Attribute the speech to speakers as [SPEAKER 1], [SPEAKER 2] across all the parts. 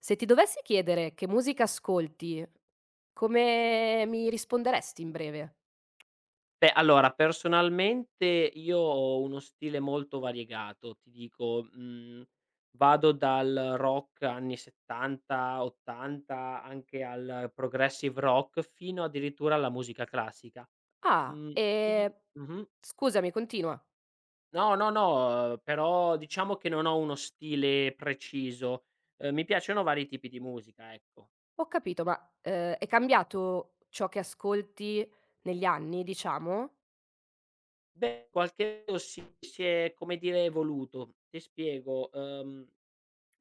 [SPEAKER 1] Se ti dovessi chiedere che musica ascolti, come mi risponderesti in breve?
[SPEAKER 2] Beh, allora personalmente io ho uno stile molto variegato, ti dico, vado dal rock anni 70, 80, anche al progressive rock, fino addirittura alla musica classica.
[SPEAKER 1] "Ah,
[SPEAKER 2] Mhmm, ti di mh-mh.
[SPEAKER 1] scusami continua."
[SPEAKER 2] No, no, no, però diciamo che non ho uno stile preciso. Mi piacciono vari tipi di musica, ecco.
[SPEAKER 1] "Ho capito, ma, è cambiato ciò che ascolti negli anni diciamo?"
[SPEAKER 2] Beh, qualche si è, come dire, evoluto. Ti spiego.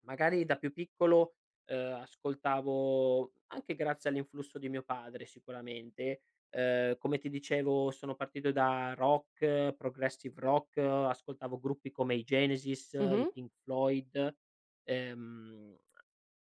[SPEAKER 2] Magari da più piccolo, ascoltavo anche grazie all'influsso di mio padre sicuramente. Come ti dicevo, sono partito da rock, progressive rock, ascoltavo gruppi come i Genesis, i
[SPEAKER 1] Mh-mh,
[SPEAKER 2] Pink Floyd. ehm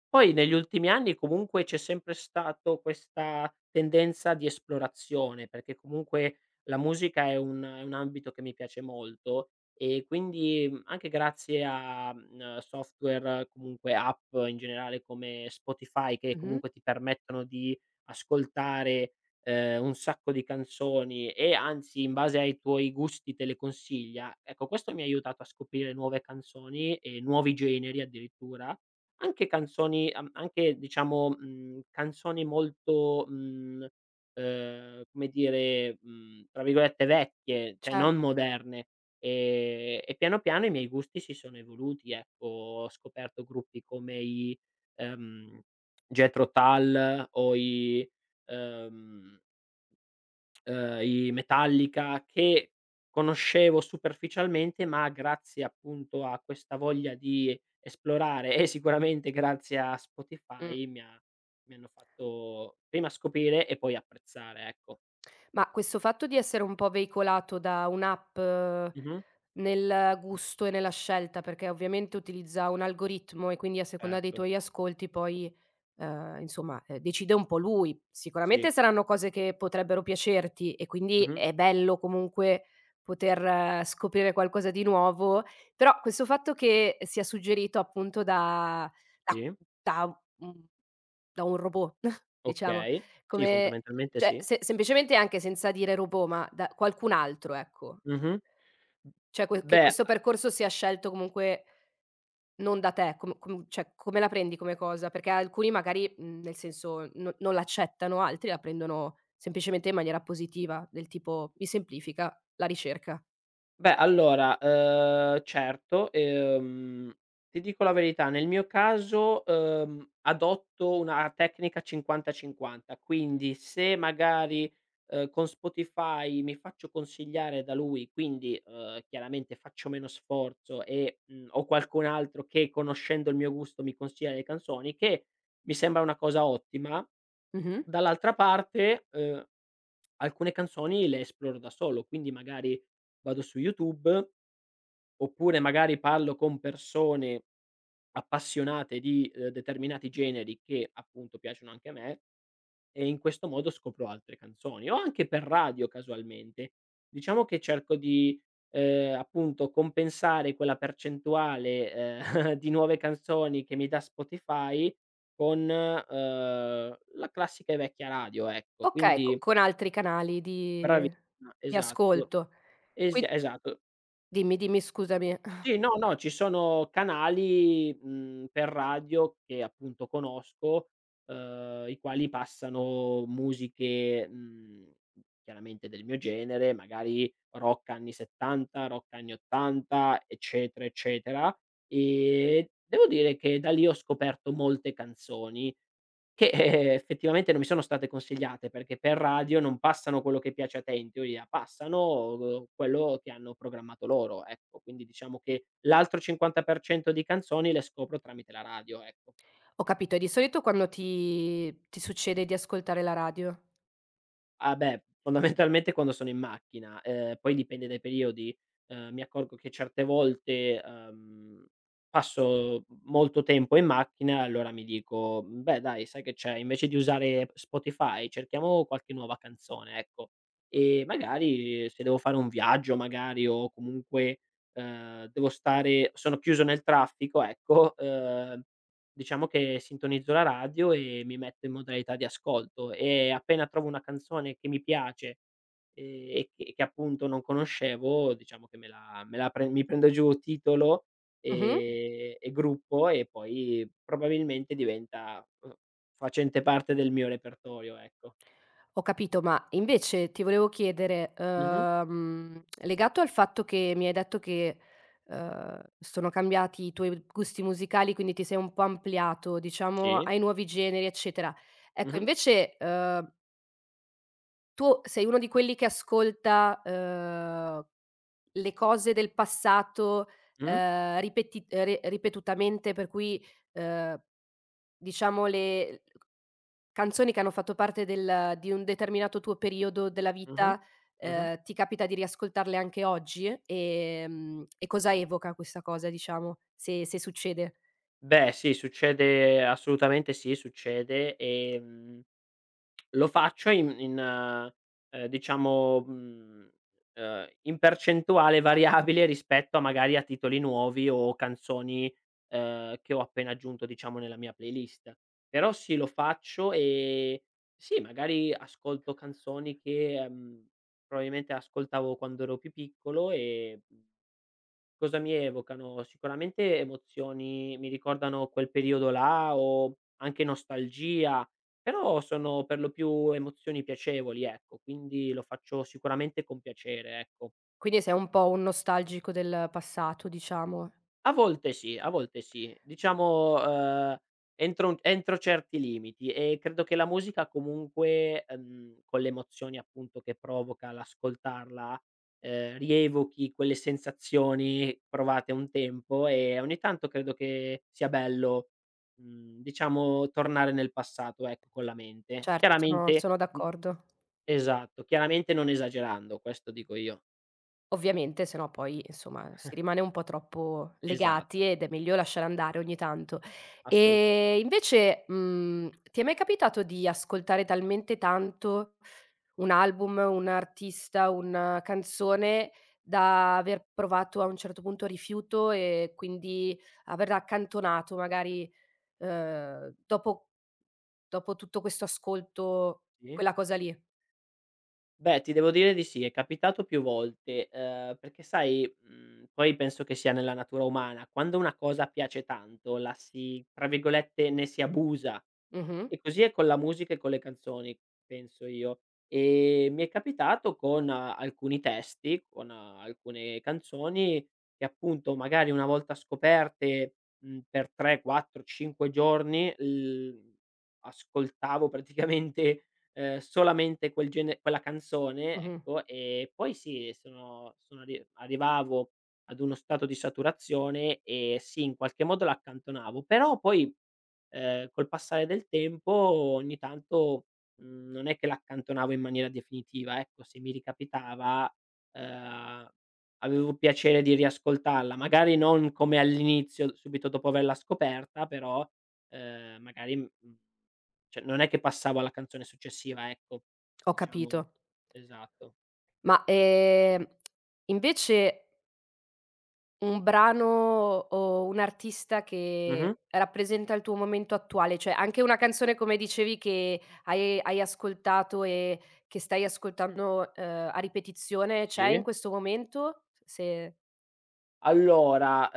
[SPEAKER 2] Poi negli ultimi anni comunque c'è sempre stato questa tendenza di esplorazione, perché comunque la musica è un ambito che mi piace molto e quindi, anche grazie a, software, comunque app in generale come Spotify, che
[SPEAKER 1] mh-mh,
[SPEAKER 2] comunque ti permettono di ascoltare, un sacco di canzoni e anzi in base ai tuoi gusti te le consiglia. Ecco, questo mi ha aiutato a scoprire nuove canzoni e nuovi generi addirittura, anche canzoni am anche diciamo, canzoni molto, come dire, tra virgolette "vecchie", cioè
[SPEAKER 1] cer
[SPEAKER 2] non moderne. E piano piano i miei gusti si sono evoluti, ecco. Ho scoperto gruppi come i, ehm, Jethro Tull o i, ehm i Metallica, che conoscevo superficialmente, ma grazie appunto a questa voglia di esplorare e sicuramente grazie a
[SPEAKER 1] mh.
[SPEAKER 2] Spotify mi hanno fatto prima scoprire e poi apprezzare, ecco.
[SPEAKER 1] Ma questo fatto di essere un po' veicolato da un'app
[SPEAKER 2] Mh-mh.
[SPEAKER 1] nel gusto e nella scelta, perché ovviamente utilizza un algoritmo e quindi a seconda dei
[SPEAKER 2] Certo.
[SPEAKER 1] tuoi ascolti poi, insomma, decide un po' lui.
[SPEAKER 2] Sì.
[SPEAKER 1] Sicuramente saranno cose che potrebbero piacerti e quindi
[SPEAKER 2] Mh-mh.
[SPEAKER 1] è bello comunque poter scoprire qualcosa di nuovo, però questo fatto che sia suggerito appunto da
[SPEAKER 2] Sì.
[SPEAKER 1] da, mhmm, da un robot diciamo
[SPEAKER 2] Okay. Sì,
[SPEAKER 1] come
[SPEAKER 2] fondamentalmente
[SPEAKER 1] cioè,
[SPEAKER 2] sì.
[SPEAKER 1] se semplicemente anche senza dire robot, ma da qualcun altro, ecco.
[SPEAKER 2] Mh-mh.
[SPEAKER 1] Cioè
[SPEAKER 2] Beh
[SPEAKER 1] questo percorso sia scelto comunque non da te, com com cioè come la prendi come cosa? Perché alcuni magari, nel senso no non l'accettano, altri la prendono semplicemente in maniera positiva, del tipo: "Mi semplifica la ricerca".
[SPEAKER 2] Beh, allora, certo, ti dico la verità, nel mio caso, adotto una tecnica 50/50, quindi se magari, con Spotify mi faccio consigliare da lui, quindi, chiaramente faccio meno sforzo e, ho qualcun altro che, conoscendo il mio gusto, mi consiglia le canzoni, che mi sembra una cosa ottima.
[SPEAKER 1] Mh-mh.
[SPEAKER 2] Dall'altra parte, alcune canzoni le esploro da solo, quindi magari vado su YouTube, oppure magari parlo con persone appassionate di, determinati generi che appunto piacciono anche a me, e in questo modo scopro altre canzoni, o anche per radio casualmente. Diciamo che cerco di, appunto, compensare quella percentuale, di nuove canzoni che mi dà Spotify con, la classica e vecchia radio, ecco.
[SPEAKER 1] Okay, co
[SPEAKER 2] Quindi
[SPEAKER 1] con altri canali
[SPEAKER 2] bravi,
[SPEAKER 1] di
[SPEAKER 2] esatto,
[SPEAKER 1] ascolto. Quin
[SPEAKER 2] esatto.
[SPEAKER 1] dimmi, dimmi, scusami.
[SPEAKER 2] Sì, no, no, ci sono canali, per radio, che appunto conosco, i quali passano musiche, chiaramente del mio genere, magari rock anni '70, rock anni '80, eccetera, eccetera. E devo dire che da lì ho scoperto molte canzoni, che, effettivamente non mi sono state consigliate, perché per radio non passano quello che piace a te in teoria, passano, quello che hanno programmato loro, ecco. Quindi diciamo che l'altro 50% di canzoni le scopro tramite la radio, ecco.
[SPEAKER 1] Ho capito, e di solito quando ti succede di ascoltare la radio?
[SPEAKER 2] Ah beh, fondamentalmente quando sono in macchina, poi dipende dai periodi. Mi accorgo che certe volte, passo molto tempo in macchina, allora mi dico: Beh dai, sai che c'è, invece di usare Spotify cerchiamo qualche nuova canzone", ecco. E magari se devo fare un viaggio, magari, o comunque, devo stare, sono chiuso nel traffico, ecco, diciamo che sintonizzo la radio e mi metto in modalità di ascolto, e appena trovo una canzone che mi piace, e che appunto non conoscevo, diciamo che me la pre mi prendo giù titolo,
[SPEAKER 1] Mh-mh.
[SPEAKER 2] e gruppo, e poi probabilmente diventa, facente parte del mio repertorio, ecco.
[SPEAKER 1] Ho capito, ma invece ti volevo chiedere,
[SPEAKER 2] Mh-mh.
[SPEAKER 1] legato al fatto che mi hai detto che, sono cambiati i tuoi gusti musicali, quindi ti sei un po' ampliato, diciamo,
[SPEAKER 2] Sì.
[SPEAKER 1] ai nuovi generi, eccetera. Ecco,
[SPEAKER 2] Mh-mh.
[SPEAKER 1] invece, tu sei uno di quelli che ascolta, le cose del passato,
[SPEAKER 2] Mh.
[SPEAKER 1] ripeti re ripetutamente, per cui, uhm, diciamo le canzoni che hanno fatto parte del di un determinato tuo periodo della
[SPEAKER 2] Mh-mh.
[SPEAKER 1] vita,
[SPEAKER 2] Mh-mh.
[SPEAKER 1] ti capita di riascoltarle anche oggi? E cosa evoca questa cosa, diciamo, se se succede?
[SPEAKER 2] Beh sì, succede, assolutamente sì, succede. Lo faccio in in diciamo, in percentuale variabile rispetto a, magari, a titoli nuovi o canzoni, che ho appena aggiunto, diciamo, nella mia playlist. Però sì, lo faccio, e sì, magari ascolto canzoni che, probabilmente ascoltavo quando ero più piccolo e, mhmm cosa mi evocano? Sicuramente emozioni, mi ricordano quel periodo là, o anche nostalgia, però sono per lo più emozioni piacevoli, ecco, quindi lo faccio sicuramente con piacere, ecco.
[SPEAKER 1] Quindi sei un po' un nostalgico del passato, diciamo.
[SPEAKER 2] A volte sì, a volte sì. Diciamo, entro certi limiti, e credo che la musica comunque, con le emozioni, appunto, che provoca l'ascoltarla, rievochi quelle sensazioni provate un tempo, e ogni tanto credo che sia bello, diciamo, tornare nel passato, ecco, con la mente.
[SPEAKER 1] Certo, sono
[SPEAKER 2] Chiaramente
[SPEAKER 1] sono d'accordo.
[SPEAKER 2] esatto, chiaramente non esagerando, questo dico io.
[SPEAKER 1] Ovviamente, se no poi insomma si rimane un po' troppo legati
[SPEAKER 2] Esatto,
[SPEAKER 1] ed è meglio lasciare andare ogni tanto.
[SPEAKER 2] assolutamente.
[SPEAKER 1] E invece, ti è mai capitato di ascoltare talmente tanto un album, un artista, una canzone da aver provato a un certo punto rifiuto e quindi averla accantonato magari, dopo dopo tutto questo ascolto
[SPEAKER 2] Sì.
[SPEAKER 1] quella cosa lì?
[SPEAKER 2] Beh, ti devo dire di sì, è capitato più volte, perché sai, poi penso che sia nella natura umana, quando una cosa piace tanto la si, tra virgolette, "ne si abusa",
[SPEAKER 1] Mh-mh,
[SPEAKER 2] e così è con la musica e con le canzoni, penso io. Mi è capitato con alcuni testi, con alcune canzoni, che appunto magari una volta scoperte, per 3, 4, 5 giorni, l ascoltavo praticamente, solamente quella canzone,
[SPEAKER 1] mh-mh,
[SPEAKER 2] ecco, e poi sì, sono sono arri arrivavo ad uno stato di saturazione, e sì, in qualche modo l'accantonavo, però poi, col passare del tempo, ogni tanto, non è che l'accantonavo in maniera definitiva, ecco, se mi ricapitava, ehm, avevo piacere di riascoltarla, magari non come all'inizio, subito dopo averla scoperta, però, magari, cioè, non è che passavo alla canzone successiva, ecco,
[SPEAKER 1] ho
[SPEAKER 2] diciamo,
[SPEAKER 1] capito.
[SPEAKER 2] esatto.
[SPEAKER 1] Ma, invece un brano o un artista che
[SPEAKER 2] Mh-mh.
[SPEAKER 1] rappresenta il tuo momento attuale, cioè anche una canzone come dicevi che hai ascoltato e che stai ascoltando, a ripetizione, c'è in
[SPEAKER 2] Sì.
[SPEAKER 1] questo momento? Se
[SPEAKER 2] Allora,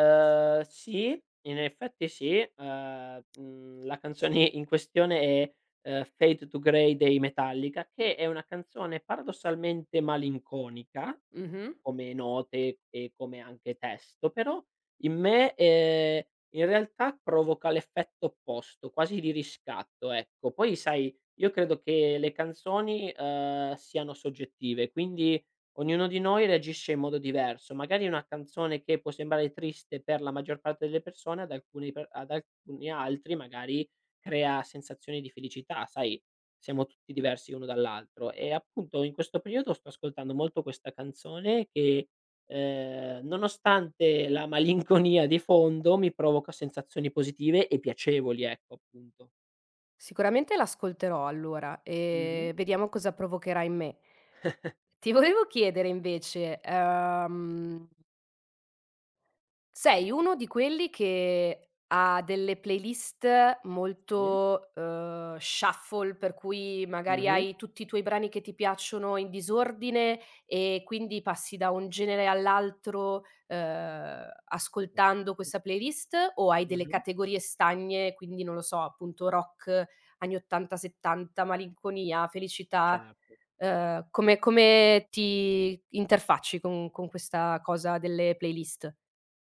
[SPEAKER 2] sì, in effetti sì, la canzone in questione è, "Fade to Grey" dei Metallica, che è una canzone paradossalmente malinconica,
[SPEAKER 1] mh-mh.
[SPEAKER 2] come note e come anche testo, però in me, in realtà provoca l'effetto opposto, quasi di riscatto, ecco. Poi sai, io credo che le canzoni, siano soggettive, quindi ognuno di noi reagisce in modo diverso, magari una canzone che può sembrare triste per la maggior parte delle persone, ad alcuni, per ad alcuni altri magari, crea sensazioni di felicità, sai, siamo tutti diversi uno dall'altro. E appunto in questo periodo sto ascoltando molto questa canzone, che, nonostante la malinconia di fondo, mi provoca sensazioni positive e piacevoli, ecco, appunto.
[SPEAKER 1] Sicuramente l'ascolterò allora
[SPEAKER 2] Mh-mh.
[SPEAKER 1] e vediamo cosa provocherà in me. Ti volevo chiedere invece, sei uno di quelli che ha delle playlist
[SPEAKER 2] Sì.
[SPEAKER 1] molto, shuffle, per cui magari
[SPEAKER 2] Mh-mh.
[SPEAKER 1] hai tutti i tuoi brani che ti piacciono in disordine e quindi passi da un genere all'altro, ascoltando
[SPEAKER 2] Okay.
[SPEAKER 1] questa playlist, o hai delle
[SPEAKER 2] Mh-mh.
[SPEAKER 1] categorie stagne, quindi non lo so, appunto rock anni '80, '70, malinconia, felicità,
[SPEAKER 2] Certo.
[SPEAKER 1] come come ti interfacci con questa cosa delle playlist?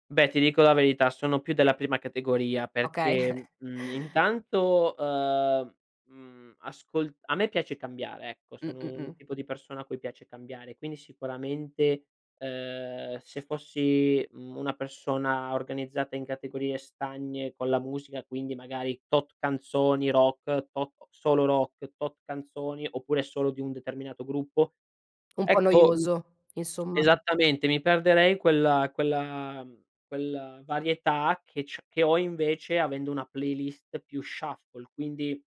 [SPEAKER 2] Beh, ti dico la verità, sono più della prima categoria
[SPEAKER 1] Okay.
[SPEAKER 2] perché, intanto, mhmm, ascol a me piace cambiare, ecco, sono
[SPEAKER 1] Mh.
[SPEAKER 2] un tipo di persona a cui piace cambiare, quindi sicuramente, se fossi, una persona organizzata in categorie stagne con la musica, quindi magari tot canzoni rock, tot solo rock, tot canzoni, oppure solo di un determinato gruppo,
[SPEAKER 1] Un po'
[SPEAKER 2] ecco,
[SPEAKER 1] noioso, insomma,
[SPEAKER 2] esattamente, mi perderei quella varietà che ho invece avendo una playlist più shuffle, quindi,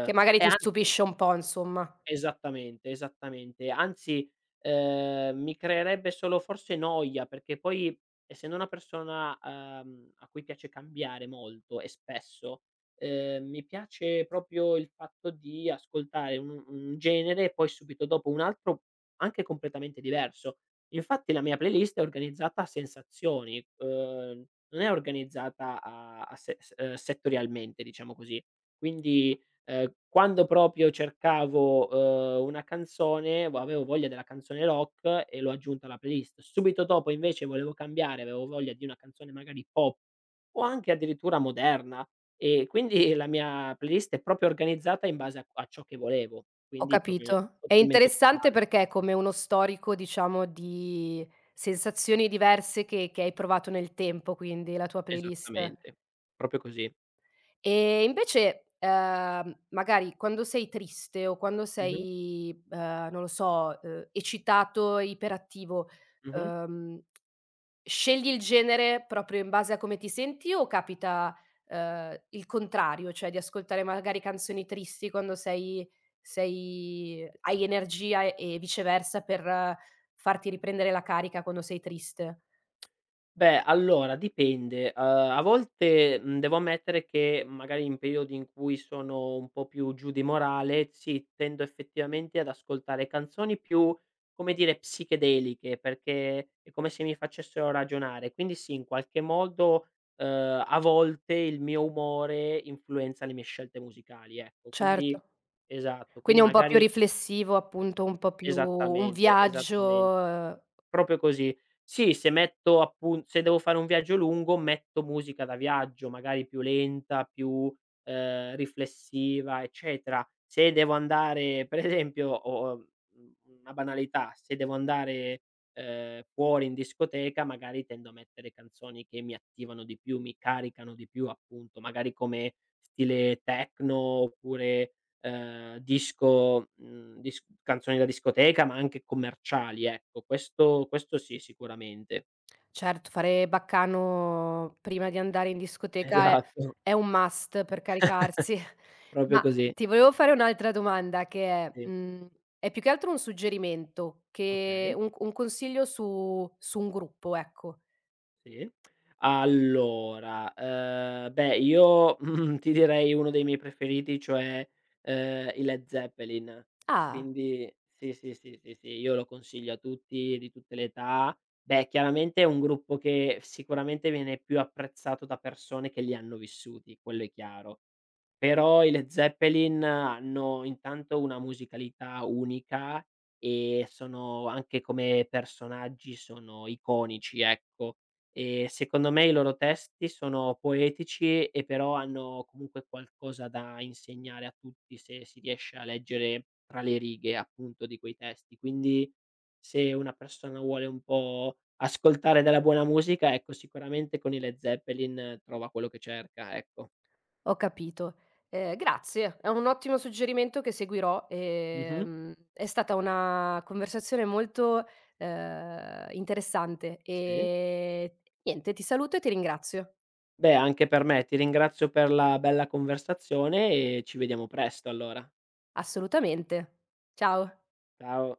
[SPEAKER 1] che magari
[SPEAKER 2] e
[SPEAKER 1] ti
[SPEAKER 2] anzi,
[SPEAKER 1] stupisce un po', insomma.
[SPEAKER 2] esattamente, esattamente. Anzi, mi creerebbe solo forse noia, perché poi, essendo una persona, a cui piace cambiare molto e spesso, mi piace proprio il fatto di ascoltare un genere e poi subito dopo un altro, anche completamente diverso. Infatti la mia playlist è organizzata a sensazioni, non è organizzata a a se s settorialmente, diciamo così. Quindi quando proprio cercavo, una canzone, vo avevo voglia della canzone rock, e l'ho aggiunta alla playlist. Subito dopo invece volevo cambiare, avevo voglia di una canzone magari pop, o anche addirittura moderna, e quindi la mia playlist è proprio organizzata in base a ciò che volevo,
[SPEAKER 1] Ho
[SPEAKER 2] quindi proprio
[SPEAKER 1] capito. È
[SPEAKER 2] totalmente
[SPEAKER 1] interessante
[SPEAKER 2] casuale.
[SPEAKER 1] perché è come uno storico, diciamo, di sensazioni diverse che hai provato nel tempo, quindi la tua playlist.
[SPEAKER 2] Esattamente, proprio così.
[SPEAKER 1] E invece, magari quando sei triste o quando
[SPEAKER 2] Mh-mh,
[SPEAKER 1] sei, non lo so, eccitato, iperattivo,
[SPEAKER 2] mh-mh.
[SPEAKER 1] uhm, scegli il genere proprio in base a come ti senti, o capita, il contrario, cioè di ascoltare magari canzoni tristi quando sei hai energia e viceversa per farti riprendere la carica quando sei triste?
[SPEAKER 2] Beh, allora dipende. A volte, devo ammettere che, magari in periodi in cui sono un po' più giù di morale, sì, tendo effettivamente ad ascoltare canzoni più, come dire, psichedeliche, perché è come se mi facessero ragionare. Quindi sì, in qualche modo, a volte il mio umore influenza le mie scelte musicali, ecco.
[SPEAKER 1] Certo.
[SPEAKER 2] Quindi esatto, quindi
[SPEAKER 1] Quindi è un po' più
[SPEAKER 2] magari,
[SPEAKER 1] riflessivo, appunto, un po' più un
[SPEAKER 2] esattamente, esattamen
[SPEAKER 1] viaggio
[SPEAKER 2] proprio così. Sì, se metto appun se devo fare un viaggio lungo, metto musica da viaggio, magari più lenta, più, riflessiva, eccetera. Se devo andare, per esempio, una banalità, se devo andare, fuori in discoteca, magari tendo a mettere canzoni che mi attivano di più, mi caricano di più, appunto, magari come stile techno, oppure, disco mhmm, dis canzoni da discoteca, ma anche commerciali, ecco. Questo sì, sicuramente.
[SPEAKER 1] certo, fare baccano prima di andare in discoteca
[SPEAKER 2] Esatto,
[SPEAKER 1] è un must per caricarsi. Ma
[SPEAKER 2] proprio così.
[SPEAKER 1] ti volevo fare un'altra domanda che è,
[SPEAKER 2] Sì,
[SPEAKER 1] è più che altro un suggerimento che
[SPEAKER 2] okay.
[SPEAKER 1] un consiglio su un gruppo, ecco.
[SPEAKER 2] Sì. Allora, beh io, ti direi uno dei miei preferiti, cioè, i Led Zeppelin.
[SPEAKER 1] Ah!
[SPEAKER 2] Quindi sì, sì, sì, sì, sì, io lo consiglio a tutti, di tutte le età. Beh, chiaramente è un gruppo che sicuramente viene più apprezzato da persone che li hanno vissuti, quello è chiaro. Però i Led Zeppelin hanno, intanto, una musicalità unica, e sono anche, come personaggi, sono iconici, ecco. E secondo me i loro testi sono poetici, e però hanno comunque qualcosa da insegnare a tutti, se si riesce a leggere tra le righe, appunto, di quei testi. Quindi se una persona vuole un po' ascoltare della buona musica, ecco, sicuramente con i Led Zeppelin trova quello che cerca, ecco.
[SPEAKER 1] Ho capito. Grazie, è un ottimo suggerimento che seguirò.
[SPEAKER 2] Mh-mh.
[SPEAKER 1] È stata una conversazione molto, interessante
[SPEAKER 2] Sì.
[SPEAKER 1] e niente, ti saluto e ti ringrazio.
[SPEAKER 2] Beh, anche per me. Ti ringrazio per la bella conversazione, e ci vediamo presto allora.
[SPEAKER 1] Assolutamente. Ciao.
[SPEAKER 2] Ciao.